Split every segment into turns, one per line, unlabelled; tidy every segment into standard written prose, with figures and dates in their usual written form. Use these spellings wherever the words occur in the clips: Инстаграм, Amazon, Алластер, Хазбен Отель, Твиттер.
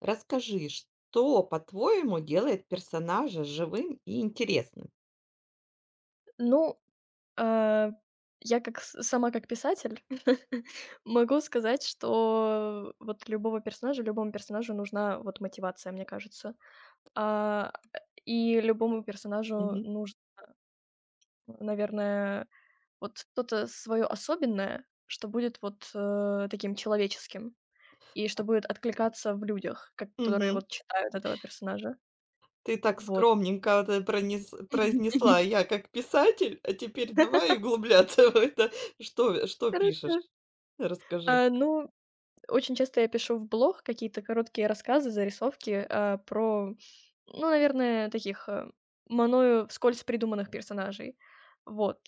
Расскажи, что, по-твоему, делает персонажа живым и интересным?
Ну, а, я как с сама как писатель могу сказать, что вот любого персонажа любому персонажу нужна вот мотивация, мне кажется. А, э, и любому персонажу
Мгм.
нужно, наверное, вот что-то свое особенное, что будет вот таким человеческим и что
Так.
будет откликаться в людях, которые
Мгм.
вот читают этого персонажа.
Ты так
Вот.
скромненько вот это произнесла, я как писатель, а теперь давай углубляться в это. Что
Хорошо.
пишешь? Расскажи.
А, ну Очень часто я пишу в блог какие-то короткие рассказы, зарисовки, про, ну, наверное, таких, мною вскользь придуманных персонажей. Вот.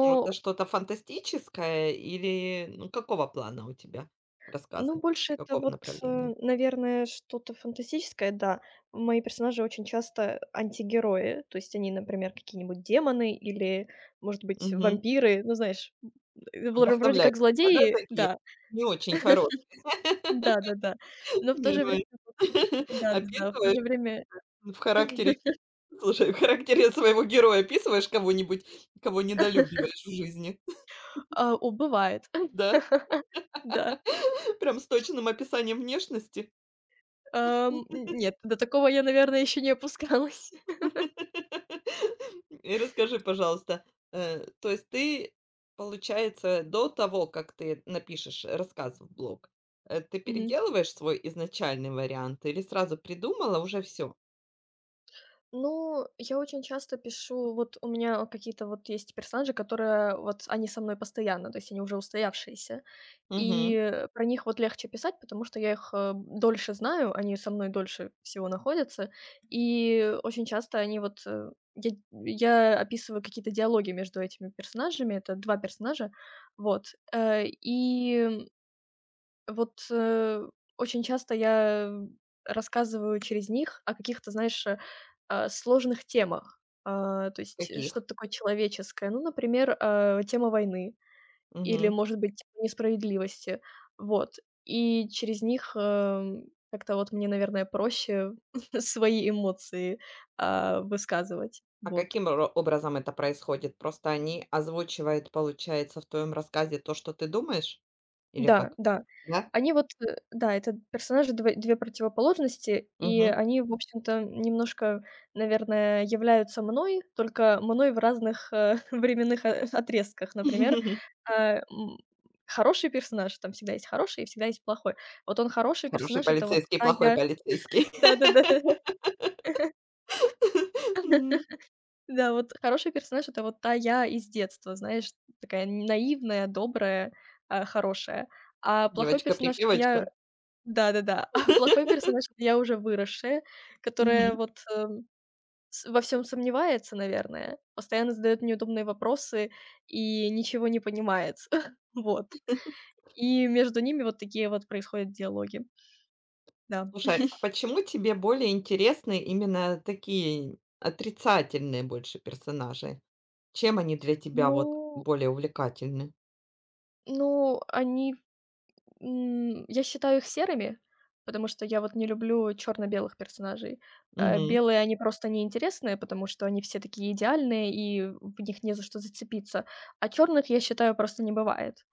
Ну, это что-то фантастическое или ну, какого плана у тебя рассказы?
ну, больше это
Какого
вот
направления?
наверное, что-то фантастическое, да. Мои персонажи очень часто антигерои, то есть они, например, какие-нибудь демоны или, может быть,
Мгм.
вампиры, ну, знаешь, вроде
Вдохновляют
как
тебя, да,
злодеи,
такие?
да,
Не очень хорошие.
да-да-да, но в то же время
Герои.
да-да-да, в то
Описывают
же время.
ну, в характере, слушай, в характере своего героя описываешь кого-нибудь, кого недолюбливаешь в жизни?
Бывает.
Да?
Да.
Прям с точным описанием внешности?
Ам, нет, до такого я, наверное, еще не опускалась.
И расскажи, пожалуйста, то есть ты, получается, до того, как ты напишешь рассказ в блог, ты
Мгм.
переделываешь свой изначальный вариант или сразу придумала уже все?
Ну, я очень часто пишу, вот у меня какие-то вот есть персонажи, которые вот они со мной постоянно, то есть они уже устоявшиеся. И,
Угу.
э, про них вот легче писать, потому что я их, дольше знаю, они со мной дольше всего находятся. И очень часто они вот, я я описываю какие-то диалоги между этими персонажами. Это 2 персонажа. Вот, э, и Вот, очень часто я рассказываю через них о каких-то, знаешь, сложных темах. То есть,
Каких?
что-то такое человеческое. Ну, например, тема войны или,
Мгм.
может быть, тема несправедливости. Вот. И через них, как-то вот мне, наверное, проще свои эмоции, высказывать.
А
Вот.
каким ро образом это происходит? Просто они озвучивают, получается, в твоем рассказе то, что ты думаешь? Или
Да,
как?
да.
Да?
Они вот, да, это персонажи дв две противоположности, и
Мгм.
они, в общем-то, немножко, наверное, являются мной, только мной в разных, временных, отрезках. Например, э, м, хороший персонаж, там всегда есть хороший и всегда есть плохой. Вот он хороший
Хороший
персонаж- это вот
полицейский,
та
плохой
я.
полицейский.
Да-да-да,
Мгм.
да, вот хороший персонаж- это вот та я из детства, знаешь, такая наивная, добрая, хорошая. А плохой персонаж- это я.
Девочка-припевочка.
Да-да-да. А плохой персонаж- это я уже выросшая, которая
Мгм.
вот с во всем сомневается, наверное, постоянно задает неудобные вопросы и ничего не понимает. Вот. И между ними вот такие вот происходят диалоги. Да.
Слушай, а почему тебе более интересны именно такие отрицательные больше персонажи? Чем они для тебя вот
Ну
более увлекательны?
ну, они я считаю их серыми, потому что я вот не люблю черно-белых персонажей.
Мгм,
Белые, они просто неинтересные, потому что они все такие идеальные, и в них не за что зацепиться. А черных, я считаю, просто не бывает.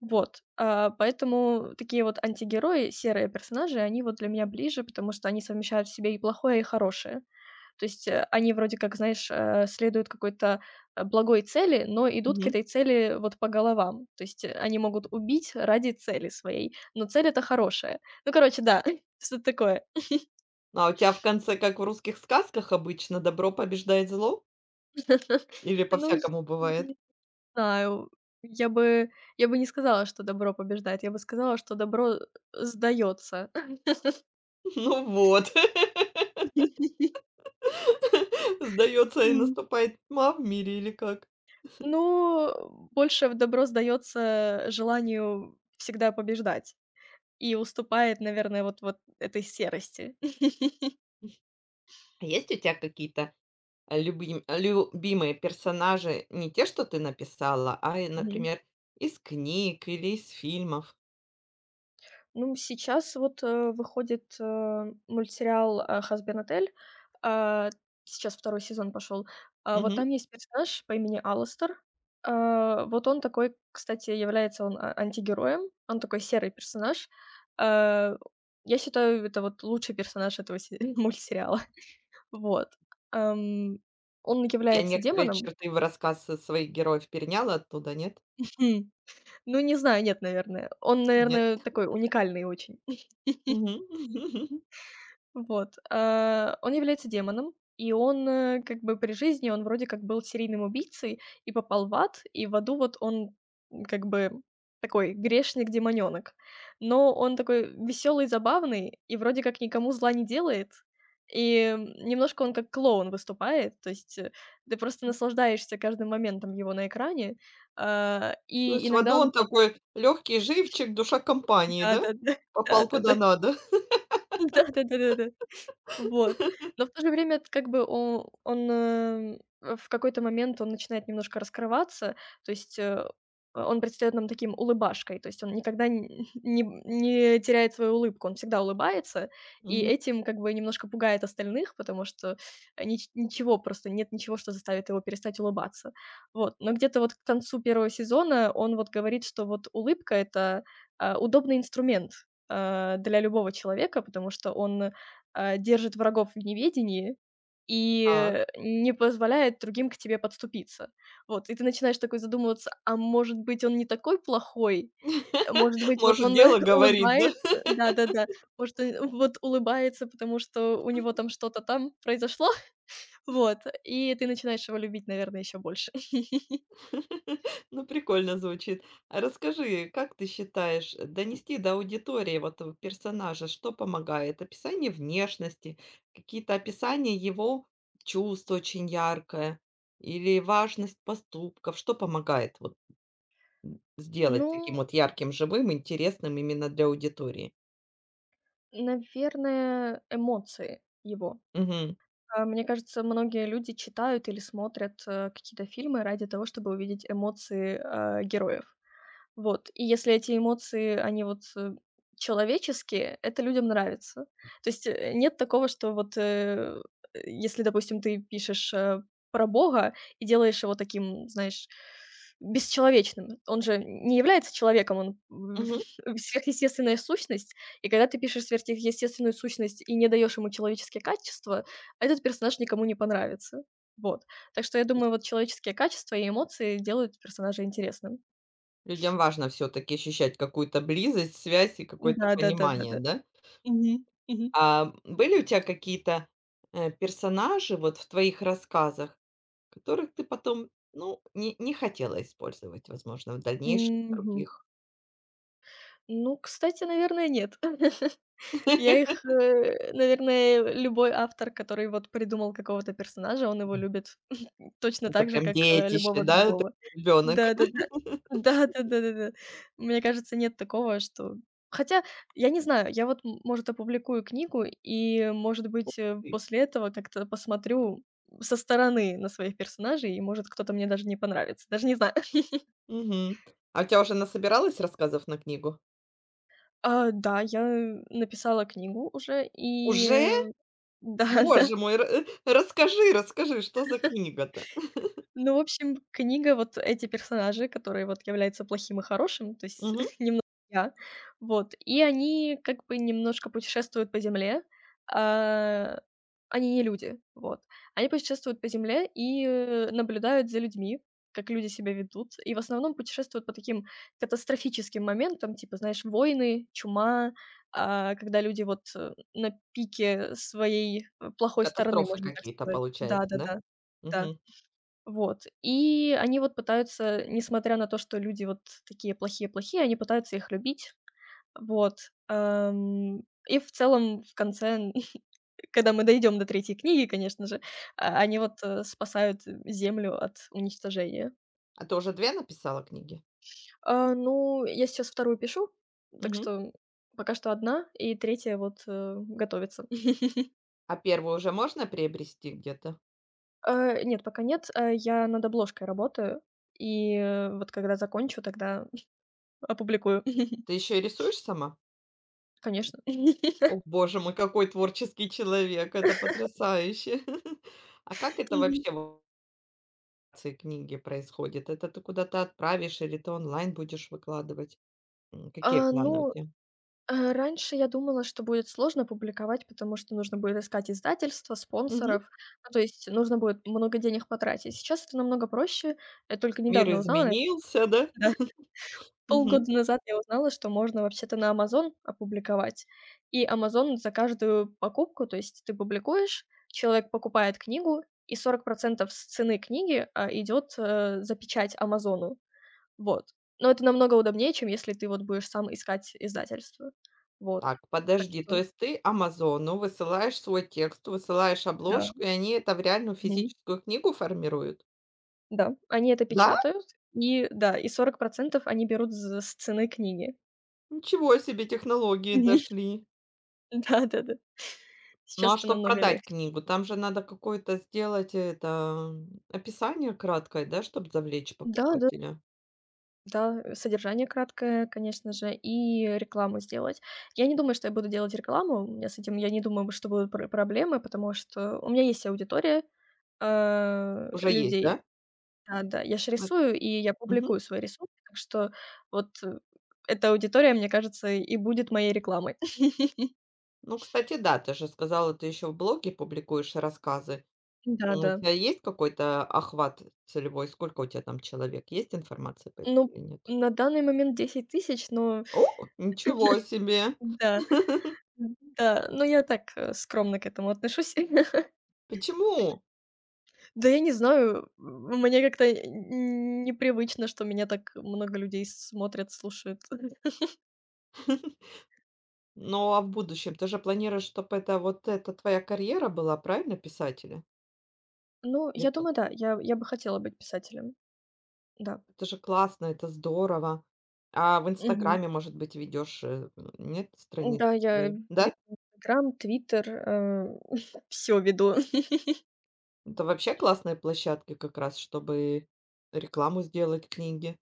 Вот, поэтому такие вот антигерои, серые персонажи, они вот для меня ближе, потому что они совмещают в себе и плохое, и хорошее. То есть, они вроде как, знаешь, следуют какой-то, благой цели, но идут к
мгм.
этой цели вот по головам. То есть, они могут убить ради цели своей, но цель это хорошая. Ну, короче, да, что-то такое.
Ну, а у тебя в конце, как в русских сказках обычно, добро побеждает зло? Или
Ну,
по-всякому
я
бывает?
не знаю, я бы я бы не сказала, что добро побеждает, я бы сказала, что добро, сдается.
Ну вот, сдается, и
М.
наступает тьма в мире, или как?
Ну, больше в добро сдается желанию всегда побеждать и уступает, наверное, вот этой серости.
А есть у тебя какие-то любимые персонажи? Не те, что ты написала,
Мгм.
например, из книг или из фильмов?
Ну, сейчас вот, выходит, мультсериал, "Хазбен Отель". А, Сейчас второй сезон пошел. Вот
Мгм.
там есть персонаж по имени Алластер. Вот он такой, кстати, является он антигероем. Он такой серый персонаж. А, я считаю, это вот лучший персонаж этого се мультсериала. Вот. Ам, он
Я
является
некоторые
демоном.
черты в рассказ своих героев переняла оттуда, нет?
Ну, не знаю, нет, наверное. Он,
Нет.
наверное, такой уникальный очень.
Мгм.
Вот, он является демоном, и он, как бы при жизни он вроде как был серийным убийцей и попал в ад, и в аду вот он, как бы такой грешник-демонёнок. Но он такой веселый, забавный и вроде как никому зла не делает. И, немножко он как клоун выступает, то есть, ты просто наслаждаешься каждым моментом его на экране.
То
И
есть в аду
иногда
он
он вот
такой легкий живчик, душа компании, да?
да-да-да,
Попал куда
да-да-да,
надо.
да-да-да-да-да. Вот. Но в то же время это как бы о он, э, в какой-то момент он начинает немножко раскрываться, то есть, он предстаёт нам таким улыбашкой, то есть он никогда н не теряет свою улыбку, он всегда улыбается, и
Мгм.
этим как бы немножко пугает остальных, потому что, ничего просто, нет ничего, что заставит его перестать улыбаться. Вот, но где-то вот к концу первого сезона он вот говорит, что вот улыбка- это, удобный инструмент, для любого человека, потому что он держит врагов в неведении и,
Так.
э, не позволяет другим к тебе подступиться. Вот, и ты начинаешь такой задумываться: "А может быть, он не такой плохой? Может быть, вот
Может,
он
дело говорит, да?
улыбается". Да-да-да. Может, он вот улыбается, потому что у него там что-то там произошло. Вот, и ты начинаешь его любить, наверное, еще больше.
Ну, прикольно звучит. А расскажи, как ты считаешь, донести до аудитории вот персонажа, что помогает? Описание внешности, какие-то описания его чувств очень яркое, или важность поступков, что помогает вот сделать
Ну,
таким вот ярким, живым, интересным именно для аудитории?
наверное, эмоции его.
Мгм.
Мне кажется, многие люди читают или смотрят, какие-то фильмы ради того, чтобы увидеть эмоции, героев. Вот, и если эти эмоции, они вот, человеческие, это людям нравится. То есть, нет такого, что вот, если, допустим, ты пишешь, про Бога и делаешь его таким, знаешь, бесчеловечным. Он же не является человеком, он в
Мгм. То
сверхъестественная сущность. И когда ты пишешь сверхъестественную сущность и не даешь ему человеческие качества, этот персонаж никому не понравится. Вот. Так что я
есть
думаю, вот человеческие качества и эмоции делают персонажа интересным.
людям важно все-таки ощущать какую-то близость, связь и какое-то
Да, да, да, да,
понимание,
да.
да?
Мгм, мгм.
А, были у тебя какие-то, персонажи вот в твоих рассказах, которых ты потом, ну, не хотела использовать, возможно, в дальнейшем в
Мгм.
других?
Ну, кстати, наверное, нет. Наверное, любой автор, который вот придумал какого-то персонажа, он его любит точно
Это
так же,
прям
как,
детище,
любого
да, это
другого.
ребенок.
Да-да-да. Да-да-да-да-да. Мне кажется, нет такого, что хотя, я не знаю, я может, опубликую книгу и, может быть, после этого как-то посмотрю со стороны на своих персонажей, и, может, кто-то мне даже не понравится. Даже не знаю.
Мгм. А у тебя уже насобиралось рассказов на книгу?
Да, я написала книгу уже и
Уже?
да, да.
Боже мой, расскажи, что за книга-то?
Ну, в общем, книга, вот эти персонажи, которые вот являются плохим и хорошим, то есть
Мгм.
я. Вот, и они как бы немножко путешествуют по земле. А, Они не люди, вот. Они путешествуют по земле и, наблюдают за людьми, как люди себя ведут. И в основном путешествуют по таким катастрофическим моментам, типа, знаешь, войны, чума, когда люди вот, на пике своей, плохой стороны,
Катастрофы
можно так
какие-то,
сказать.
получается,
Да-да-да.
да?
Да. Да. Да.
Мгм.
Вот. И они вот пытаются, несмотря на то, что люди вот такие плохие-плохие, они пытаются их любить. Вот, и в целом в конце, когда мы дойдем до третьей книги, конечно же, они вот, спасают Землю от уничтожения.
А ты уже 2 написала книги?
Ну, я сейчас вторую пишу, так
Мгм.
что пока что одна и третья вот, готовится.
А первую уже можно приобрести где-то?
Нет, пока нет, я над обложкой работаю, и, вот когда закончу, тогда опубликую,
Ты еще и рисуешь сама?
конечно.
О, боже мой, какой творческий человек! Это потрясающе! А как это
Мгм.
вообще в ци книги происходит? Это ты куда-то отправишь или ты онлайн будешь выкладывать? М, какие
А,
планы у
ну
тебя?
Раньше я думала, что будет сложно публиковать, потому что нужно будет искать издательства,
Мгм.
спонсоров. Ну, то есть нужно будет много денег потратить. Сейчас это намного проще. Я только
Мир
недавно узнала,
изменился, да?
да,
Мгм.
полгода назад я узнала, что можно вообще-то на Amazon опубликовать. И Amazon за каждую покупку, то есть ты публикуешь, человек покупает книгу, и 40 с цены книги, идёт, за печать "Амазону". Вот. Но это намного удобнее, чем если ты вот будешь сам искать издательство. Вот.
Так,
Так
подожди, то
что
есть ты "Амазону" высылаешь свой текст, высылаешь
Да,
обложку, и они это в реальную
мгм.
физическую книгу формируют?
Да, они это
Да?
печатают, и да, и 40% они берут з с цены книги.
Ничего себе, технологии
Мгм.
дошли!
Да-да-да.
Ну,
Сейчас
а
это
чтобы
намного
продать
легче.
книгу, там же надо какое-то сделать это, описание краткое, да, чтобы завлечь
Да, да,
покупателя.
да, содержание краткое, конечно же, и рекламу сделать. Я не думаю, что я буду делать рекламу. У меня с этим, я не думаю, что будут пр проблемы, потому что у меня есть аудитория,
Уже есть,
людей.
да?
Да-да, я ж
Эт
рисую, и я
мгм.
публикую свои рисунки, так что вот, эта аудитория, мне кажется, и будет моей рекламой.
Ну, кстати, да, ты же сказала, ты еще в блоге публикуешь рассказы. У
Да-да.
тебя есть какой-то охват целевой? Сколько у тебя там человек? Есть информация по этому
Ну,
или нет?
на данный момент 10 000, но
О, ничего себе!
да, да, но я так, скромно к этому отношусь.
Почему?
Да я не знаю, мне как-то н непривычно, что меня так много людей смотрят, слушают.
Ну, а в будущем ты же планируешь, чтоб это вот эта твоя карьера была, правильно, писателя?
Ну,
Или
я
как?
думаю, да, я бы хотела быть писателем, да.
Это же классно, это здорово. А в
Мгм.
"Инстаграме", может быть, ведешь э, м, нет, страницу
Да, я
свою?
веду
Да?
Инстаграм, Твиттер, все веду.
Это вообще классные площадки как раз, чтобы рекламу сделать книги.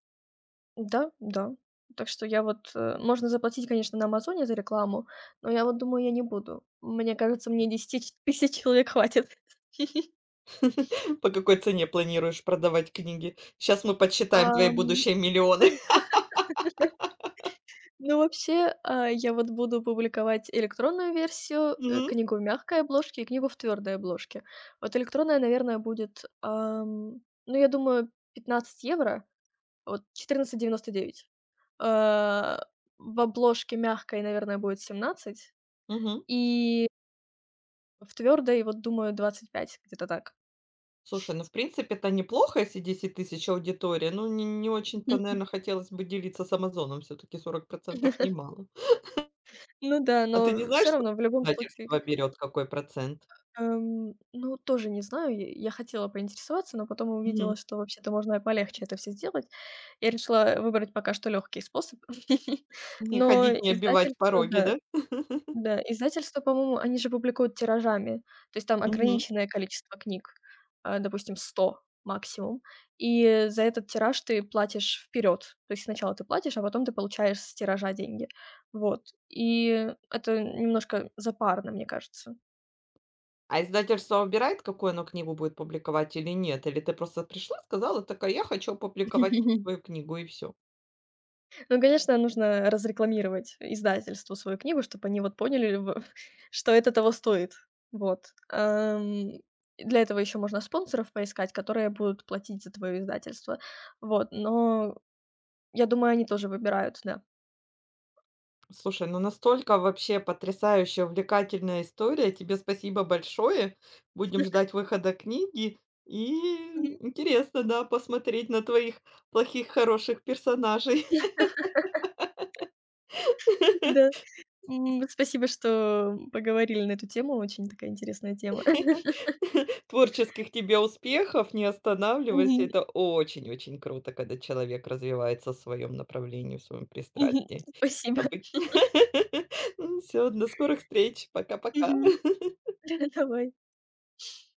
Да, да. Так что я вот, можно заплатить, конечно, на "Амазоне" за рекламу, но я вот думаю, я не буду. Мне кажется, мне 10 ч тысяч человек хватит.
По какой цене планируешь продавать книги? Сейчас мы подсчитаем твои
Ам,
будущие миллионы.
ну, вообще, я вот буду публиковать электронную версию,
Мгм,
книгу в мягкой обложке и книгу в твердой обложке. Вот электронная, наверное, будет, ну, я думаю, 15 евро, вот 14,99. А, в обложке мягкой, наверное, будет 17,
мгм.
и в твёрдой, вот, думаю, 25 где-то так.
Слушай, ну, в принципе, это неплохо, если 10 000 аудитория. Ну, не очень-то, наверное, хотелось бы делиться с "Амазоном", все таки 40% немало.
Ну да,
А ты не
но
знаешь,
все равно, в
сколько
любом случае.
издательство берёт, какой процент?
Ну, тоже не знаю, я хотела поинтересоваться, но потом
Мгм.
увидела, что вообще-то можно и полегче это все сделать. Я решила выбрать пока что легкий способ.
Не
Но
ходить, не оббивать
издательство,
пороги,
да
да?
Да, издательства, по-моему, они же публикуют тиражами. То есть там
Мгм.
ограниченное количество книг, допустим, 100 максимум. И за этот тираж ты платишь вперед. То есть сначала ты платишь, а потом ты получаешь с тиража деньги. Вот. И это немножко запарно, мне кажется.
А издательство выбирает, какую оно книгу будет публиковать или нет? Или ты просто пришла, сказала, такая: "Я хочу опубликовать свою книгу" — и все.
Ну, конечно, нужно разрекламировать издательству свою книгу, чтобы они вот поняли, в что это того стоит. Вот. Для этого еще можно спонсоров поискать, которые будут платить за твое издательство. Вот, но я думаю, они тоже выбирают, да.
Слушай, ну настолько вообще потрясающая, увлекательная история. Тебе спасибо большое. Будем ждать выхода книги. И
Мгм.
интересно, да, посмотреть на твоих плохих, хороших персонажей.
Да. Спасибо, что поговорили на эту тему. Очень такая интересная тема.
Творческих тебе успехов, не останавливайся.
Мгм,
Это очень-очень круто, когда человек развивается в своем направлении, в своем
мгм.
пристрастии. А
Спасибо.
бы Всё, до скорых встреч. Пока-пока.
Мгм. Давай.